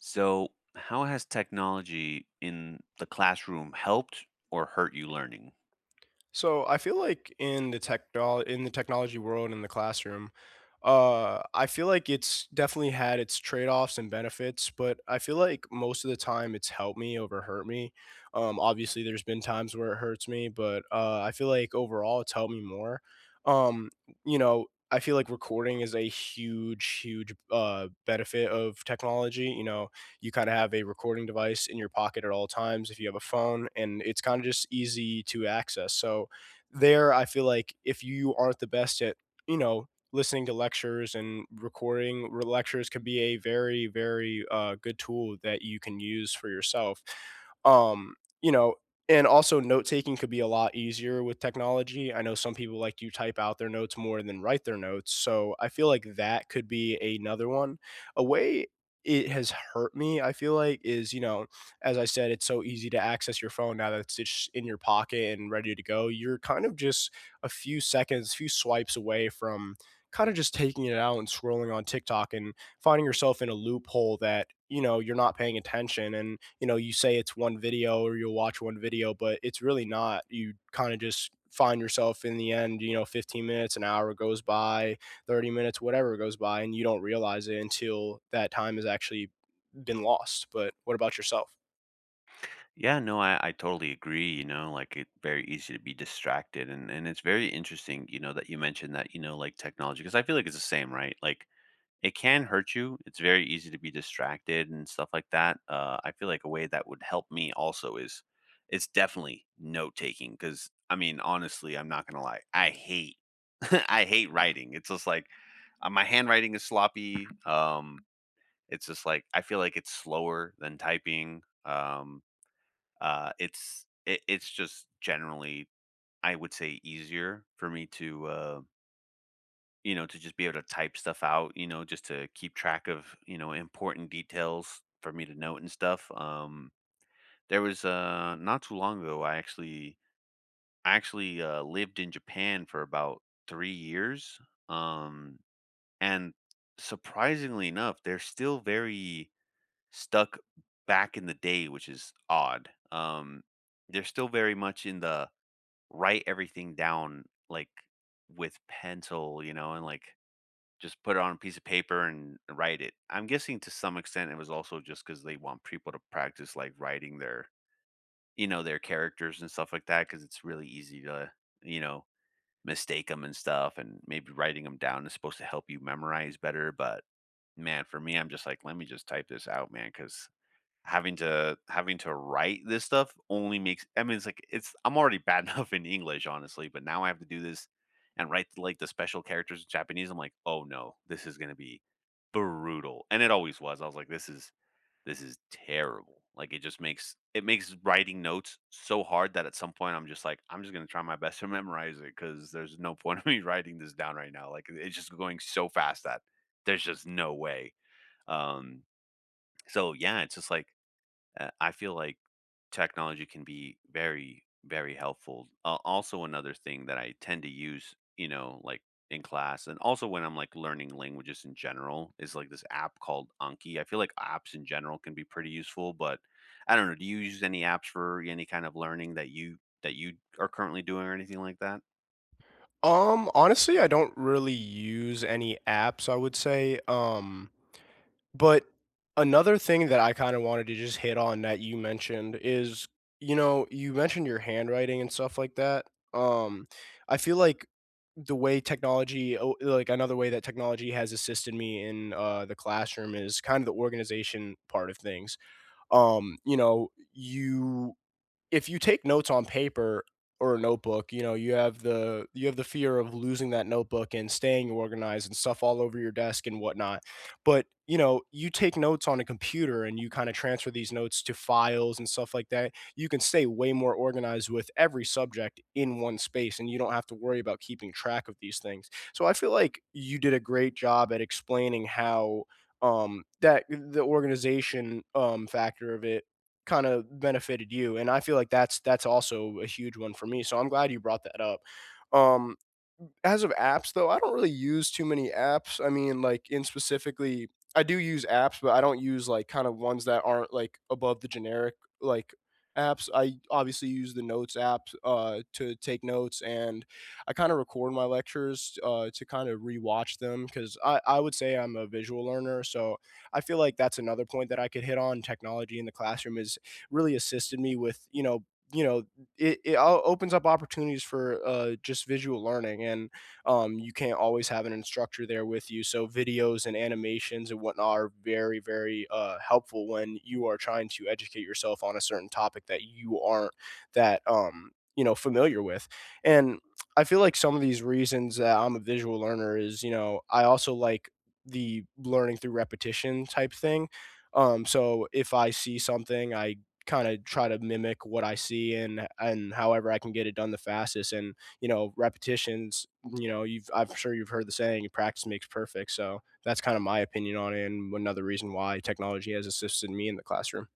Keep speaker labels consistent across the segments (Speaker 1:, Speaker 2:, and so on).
Speaker 1: So, how has technology in the classroom helped or hurt you learning?
Speaker 2: So I feel like in the technology world in the classroom, I feel like it's definitely had its trade-offs and benefits, but I feel like most of the time it's helped me over hurt me. Obviously, there's been times where it hurts me, but I feel like overall it's helped me more. Um, I feel like recording is a huge benefit of technology. You know, you kind of have a recording device in your pocket at all times if you have a phone, and it's kind of just easy to access. So there, I feel like if you aren't the best at, you know, listening to lectures and lectures can be a very good tool that you can use for yourself. Um, you know, and also note taking could be a lot easier with technology. I know some people like to type out their notes more than write their notes. So I feel like that could be another one. A way it has hurt me, I feel like, is, you know, as I said, it's so easy to access your phone now that it's just in your pocket and ready to go. You're kind of just a few seconds, few swipes away from kind of just taking it out and scrolling on TikTok and finding yourself in a loophole that, you know, you're not paying attention. And, you know, you say it's one video or you'll watch one video, but it's really not. You kind of just find yourself in the end, you know, 15 minutes, an hour goes by 30 minutes, whatever goes by, and you don't realize it until that time has actually been lost. But what about yourself?
Speaker 1: Yeah, no, I totally agree. You know, like it's very easy to be distracted. And it's very interesting, you know, that you mentioned that, you know, like technology, because I feel like it's the same, right? Like it can hurt you. It's very easy to be distracted and stuff like that. I feel like a way that would help me also is it's definitely note taking because I mean, honestly, I'm not gonna lie. I hate I hate writing. It's just like my handwriting is sloppy. It's just like I feel like it's slower than typing. It's just generally I would say easier for me to you know, to just be able to type stuff out, you know, just to keep track of, you know, important details for me to note and stuff. There was not too long ago, I actually lived in Japan for about 3 years. Um, and surprisingly enough, they're still very stuck back in the day, which is odd. They're still very much in the write everything down like with pencil, you know, and like just put it on a piece of paper and write it. I'm guessing to some extent it was also just because they want people to practice, like, writing their you know, their characters and stuff like that. Because it's really easy to, you know, mistake them and stuff, and maybe writing them down is supposed to help you memorize better, but, man, for me, I'm just like, "Let me just type this out, man, because." Having to write this stuff only makes I mean, it's like it's I'm already bad enough in English, honestly, but now I have to do this and write, like, the special characters in Japanese, I'm like, "Oh, no. This is gonna be brutal," and it always was. I was like, this is terrible." Like, it makes writing notes so hard that at some point, I'm just like, "I'm just gonna try my best to memorize it because there's no point of me writing this down right now." Like, it's just going so fast that there's just no way. Um, so, yeah, it's just like I feel like technology can be very, very helpful. Also, another thing that I tend to use, you know, like in class and also when I'm like learning languages in general is like this app called Anki. I feel like apps in general can be pretty useful, but I don't know. Do you use any apps for any kind of learning that you are currently doing or anything like that?
Speaker 2: Honestly, I don't really use any apps, I would say. But another thing that I kind of wanted to just hit on that you mentioned is, you know, you mentioned your handwriting and stuff like that. Um, I feel like the way technology, oh, like another way that technology has assisted me in the classroom is kind of the organization part of things. You know, you if you take notes on paper or a notebook, you know, you have the fear of losing that notebook and staying organized and stuff all over your desk and whatnot. But you know, you take notes on a computer and you kind of transfer these notes to files and stuff like that. You can stay way more organized with every subject in one space, and you don't have to worry about keeping track of these things. So I feel like you did a great job at explaining how that the organization factor of it kind of benefited you, and I feel like that's also a huge one for me, so I'm glad you brought that up. Um as of apps though, I don't really use too many apps. I mean, like in specifically, I do use apps, but I don't use like kind of ones that aren't like above the generic like apps. I obviously use the notes app to take notes, and I kind of record my lectures to kind of rewatch them because I would say I'm a visual learner, so I feel like that's another point that I could hit on. Technology in the classroom has really assisted me with you know opens up opportunities for just visual learning and you can't always have an instructor there with you. So videos and animations and whatnot are very helpful when you are trying to educate yourself on a certain topic that you aren't that you know familiar with. And I feel like some of these reasons that I'm a visual learner is you know I also like the learning through repetition type thing. So if I see something, I kind of try to mimic what I see and however I can get it done the fastest. And you know, repetitions, you know, you've I'm sure you've heard the saying, practice makes perfect. So that's kind of my opinion on it and another reason why technology has assisted me in the classroom.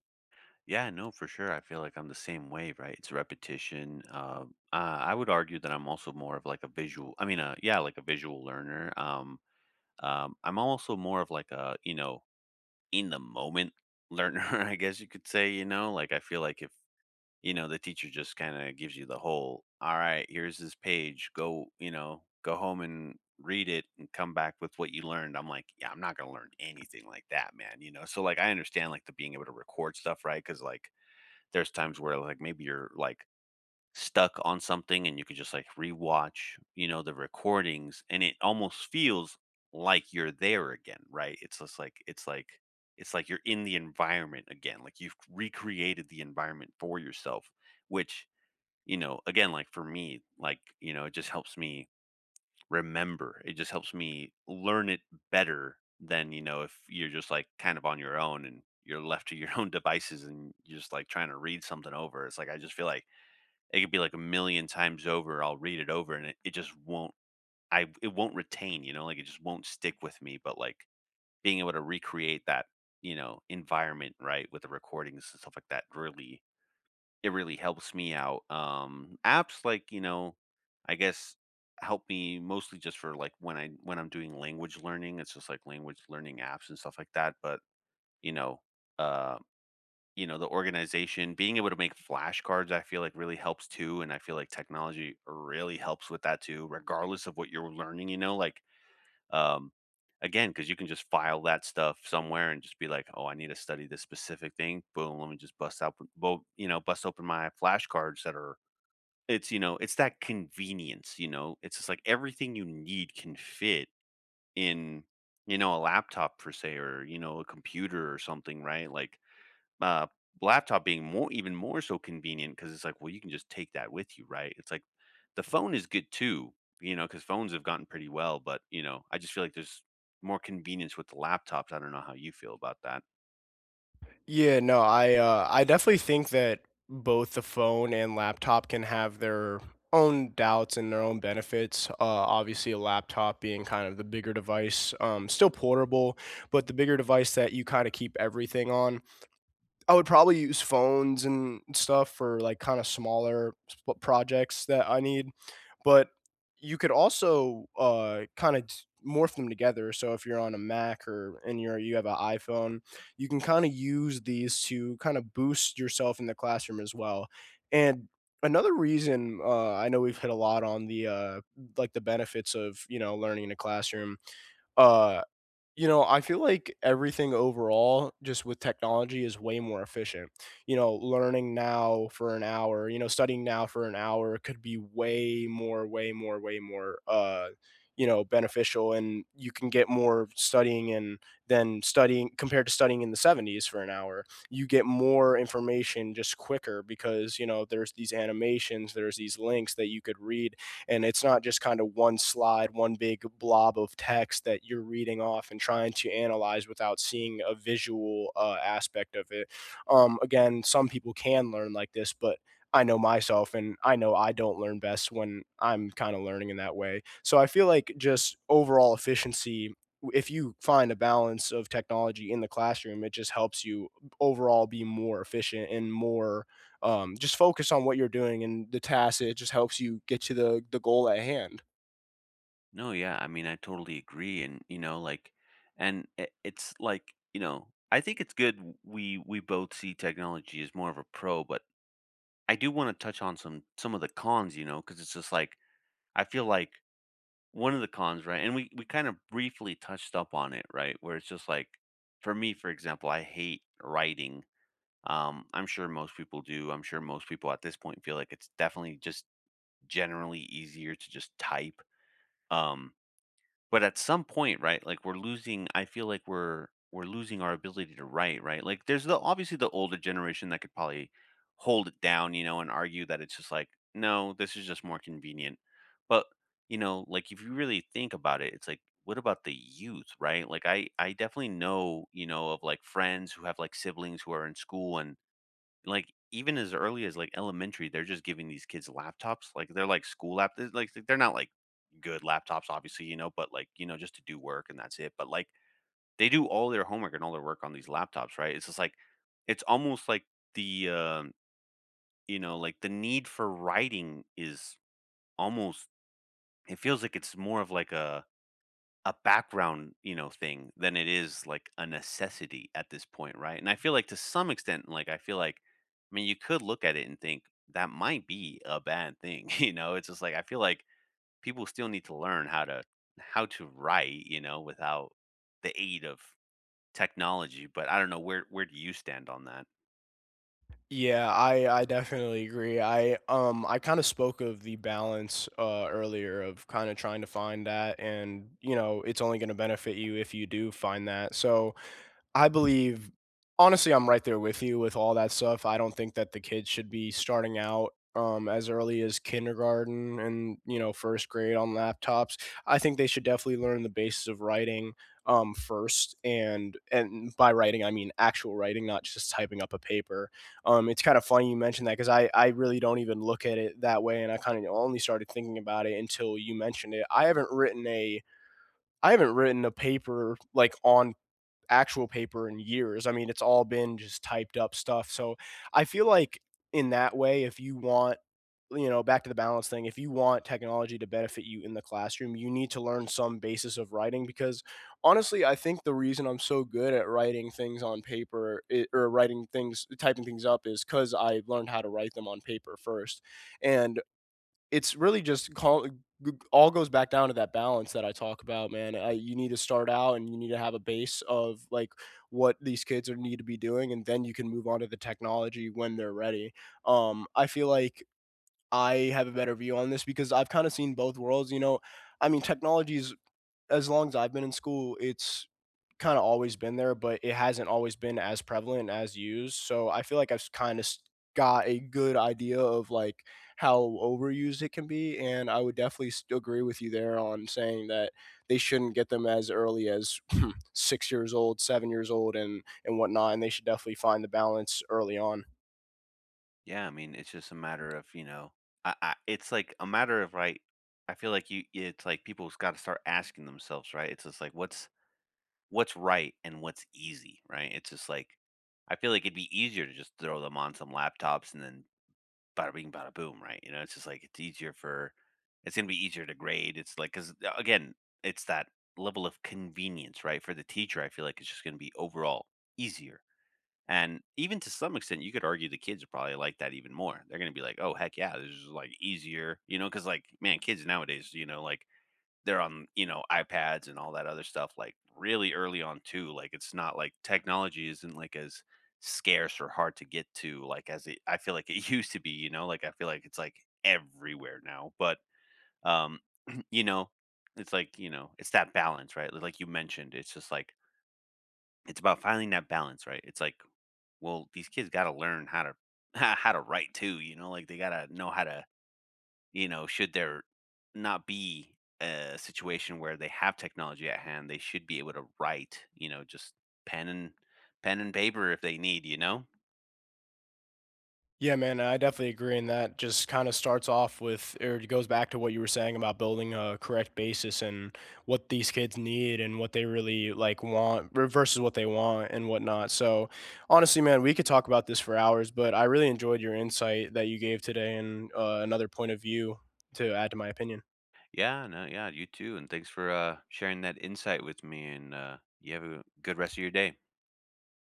Speaker 1: Yeah, no, for sure. I feel like I'm the same way, right? It's repetition. I would argue that I'm also more of like a visual. I mean, yeah, like a visual learner. I'm also more of like a, you know, in the moment learner, I guess you could say, you know, like I feel like if, you know, the teacher just kind of gives you the whole, all right, here's this page, go, you know, go home and read it and come back with what you learned. I'm like, yeah, I'm not going to learn anything like that, man, you know. So like I understand like the being able to record stuff, right? Cuz like there's times where like maybe you're like stuck on something and you could just like rewatch, you know, the recordings and it almost feels like you're there again, right? It's just like it's like you're in the environment again. Like you've recreated the environment for yourself, which, you know, again, like for me, like, you know, it just helps me remember. It just helps me learn it better than, you know, if you're just like kind of on your own and you're left to your own devices and you're just like trying to read something over. It's like I just feel like it could be like a million times over, I'll read it over and it just won't I it won't retain, you know, like it just won't stick with me, but like being able to recreate that, you know, environment, right, with the recordings and stuff like that really it really helps me out. Apps like, you know, I guess help me mostly just for like when I'm doing language learning, it's just like language learning apps and stuff like that, but you know, uh you know, the organization, being able to make flashcards, I feel like really helps too. And I feel like technology really helps with that too, regardless of what you're learning, you know, like, um, again, because you can just file that stuff somewhere and just be like, oh, I need to study this specific thing. Boom, let me just bust out, you know, bust open my flashcards that are, it's, you know, it's that convenience, you know, it's just like everything you need can fit in, you know, a laptop per se, or, you know, a computer or something, right? Like, uh, laptop being more even more so convenient because it's like, well, you can just take that with you, right? It's like the phone is good too, you know, because phones have gotten pretty well, but, you know, I just feel like there's more convenience with the laptops. I don't know how you feel about that.
Speaker 2: Yeah, no, I definitely think that both the phone and laptop can have their own doubts and their own benefits. Obviously, a laptop being kind of the bigger device, still portable, but the bigger device that you kind of keep everything on. I would probably use phones and stuff for like kind of projects that I need, but you could also kind of morph them together. So if you're on a Mac or and you have an iPhone, you can kind of use these to kind of boost yourself in the classroom as well. And another reason I know we've hit a lot on the like the benefits of you know learning in a classroom. Uh, you know, I feel like everything overall, just with technology, is way more efficient. You know, learning now for an hour, you know, studying now for an hour could be way more, you know, beneficial, and you can get more studying in than studying compared to studying in the 70s for an hour. You get more information just quicker because, you know, there's these animations, there's these links that you could read and it's not just kind of one slide, one big blob of text that you're reading off and trying to analyze without seeing a visual aspect of it. Again, some people can learn like this, but I know myself and I know I don't learn best when I'm kind of learning in that way. So I feel like just overall efficiency if you find a balance of technology in the classroom, it just helps you overall be more efficient and more just focus on what you're doing and the task. It just helps you get to the goal at hand.
Speaker 1: No, yeah, I mean, I totally agree, and you know, like, and it's like, you know, I think it's good. We both see technology as more of a pro, but I do want to touch on some of the cons, you know, because it's just like I feel like one of the cons, right? And we kind of briefly touched up on it, right? Where it's just like for me, for example, I hate writing. I'm sure most people do. I'm sure most people at this point feel like it's definitely just generally easier to just type. Um, but at some point, right, like, we're losing I feel like we're losing our ability to write, right? Like, there's the obviously the older generation that could probably hold it down, you know, and argue that it's just like, "No, this is just more convenient." But, you know, like, if you really think about it, it's like, what about the youth, right? Like, I definitely know, you know, of, like, friends who have, like, siblings who are in school and like, even as early as, like, elementary, they're just giving these kids laptops, like, they're, like, school lap they're, like they're not, like, good laptops, obviously, you know, but, like, you know, just to do work and that's it, but, like, they do all their homework and all their work on these laptops, right? It's just, like it's almost like the, you know, like, the need for writing is almost it feels like it's more of, like, a background, you know, thing than it is like a necessity at this point, right? And I feel like to some extent, like I feel like, I mean, you could look at it and think that might be a bad thing, you know. It's just like I feel like people still need to learn how to write, you know, without the aid of technology. But I don't know where do you stand on that?
Speaker 2: Yeah, I definitely agree. I kind of spoke of the balance earlier of kind of trying to find that and you know, it's only going to benefit you if you do find that. So I believe honestly, I'm right there with you with all that stuff. I don't think that the kids should be starting out as early as kindergarten and you know first grade on laptops. I think they should definitely learn the basis of writing first, and by writing I mean actual writing, not just typing up a paper. It's kind of funny you mentioned that because I really don't even look at it that way, and I kind of only started thinking about it until you mentioned it. I haven't written a paper like on actual paper in years. I mean, it's all been just typed up stuff. So I feel like in that way, if you want, you know, back to the balance thing, if you want technology to benefit you in the classroom, you need to learn some basis of writing because honestly, I think the reason I'm so good at writing things on paper or writing things, typing things up is because I learned how to write them on paper first. And it's really just call all goes back down to that balance that I talk about, man. You need to start out and you need to have a base of like what these kids are need to be doing, and then you can move on to the technology when they're ready. I feel like I have a better view on this because I've kind of seen both worlds. You know, I mean, technology is as long as I've been in school, it's kinda always been there, but it hasn't always been as prevalent as used, so I feel like I've kinda got a good idea of, like, how overused it can be, and I would definitely s agree with you there on saying that they shouldn't get them as early as 6 years old, 7 years old, and whatnot, and they should definitely find the balance early on.
Speaker 1: Yeah, I mean, it's just a matter of you know, I it's like a matter of right. I feel like you, it's like people's got to start asking themselves, right? It's just like what's right and what's easy, right? It's just like I feel like it'd be easier to just throw them on some laptops and then bada bing, bada boom, right? You know, it's just like it's gonna be easier to grade. It's like because again, it's that level of convenience, right? For the teacher, I feel like it's just gonna be overall easier. And even to some extent, you could argue the kids are probably like that even more. They're gonna be like, "Oh heck yeah, this is like easier," you know? Because like man, kids nowadays, you know, like they're on, you know, iPads and all that other stuff, like, really early on too. Like, it's not like technology isn't, like, as scarce or hard to get to, like, as it I feel like it used to be, you know? Like, I feel like it's, like, everywhere now, but, um, you know, it's like, you know, it's that balance, right? Like you mentioned, it's just like it's about finding that balance, right? It's like, well, these kids gotta learn how to how to write too, you know? Like, they gotta know how to you know, should there not be a situation where they have technology at hand, they should be able to write, you know, just pen and pen and paper if they need, you know?
Speaker 2: Yeah, man, I definitely agree. And that just kind of starts off with, or it goes back to what you were saying about building a correct basis and what these kids need and what they really like versus what they want and whatnot. So, honestly, man, we could talk about this for hours, but I really enjoyed your insight that you gave today and another point of view to add to my opinion.
Speaker 1: Yeah, no, yeah, you too. And thanks for sharing that insight with me and you have a good rest of your day.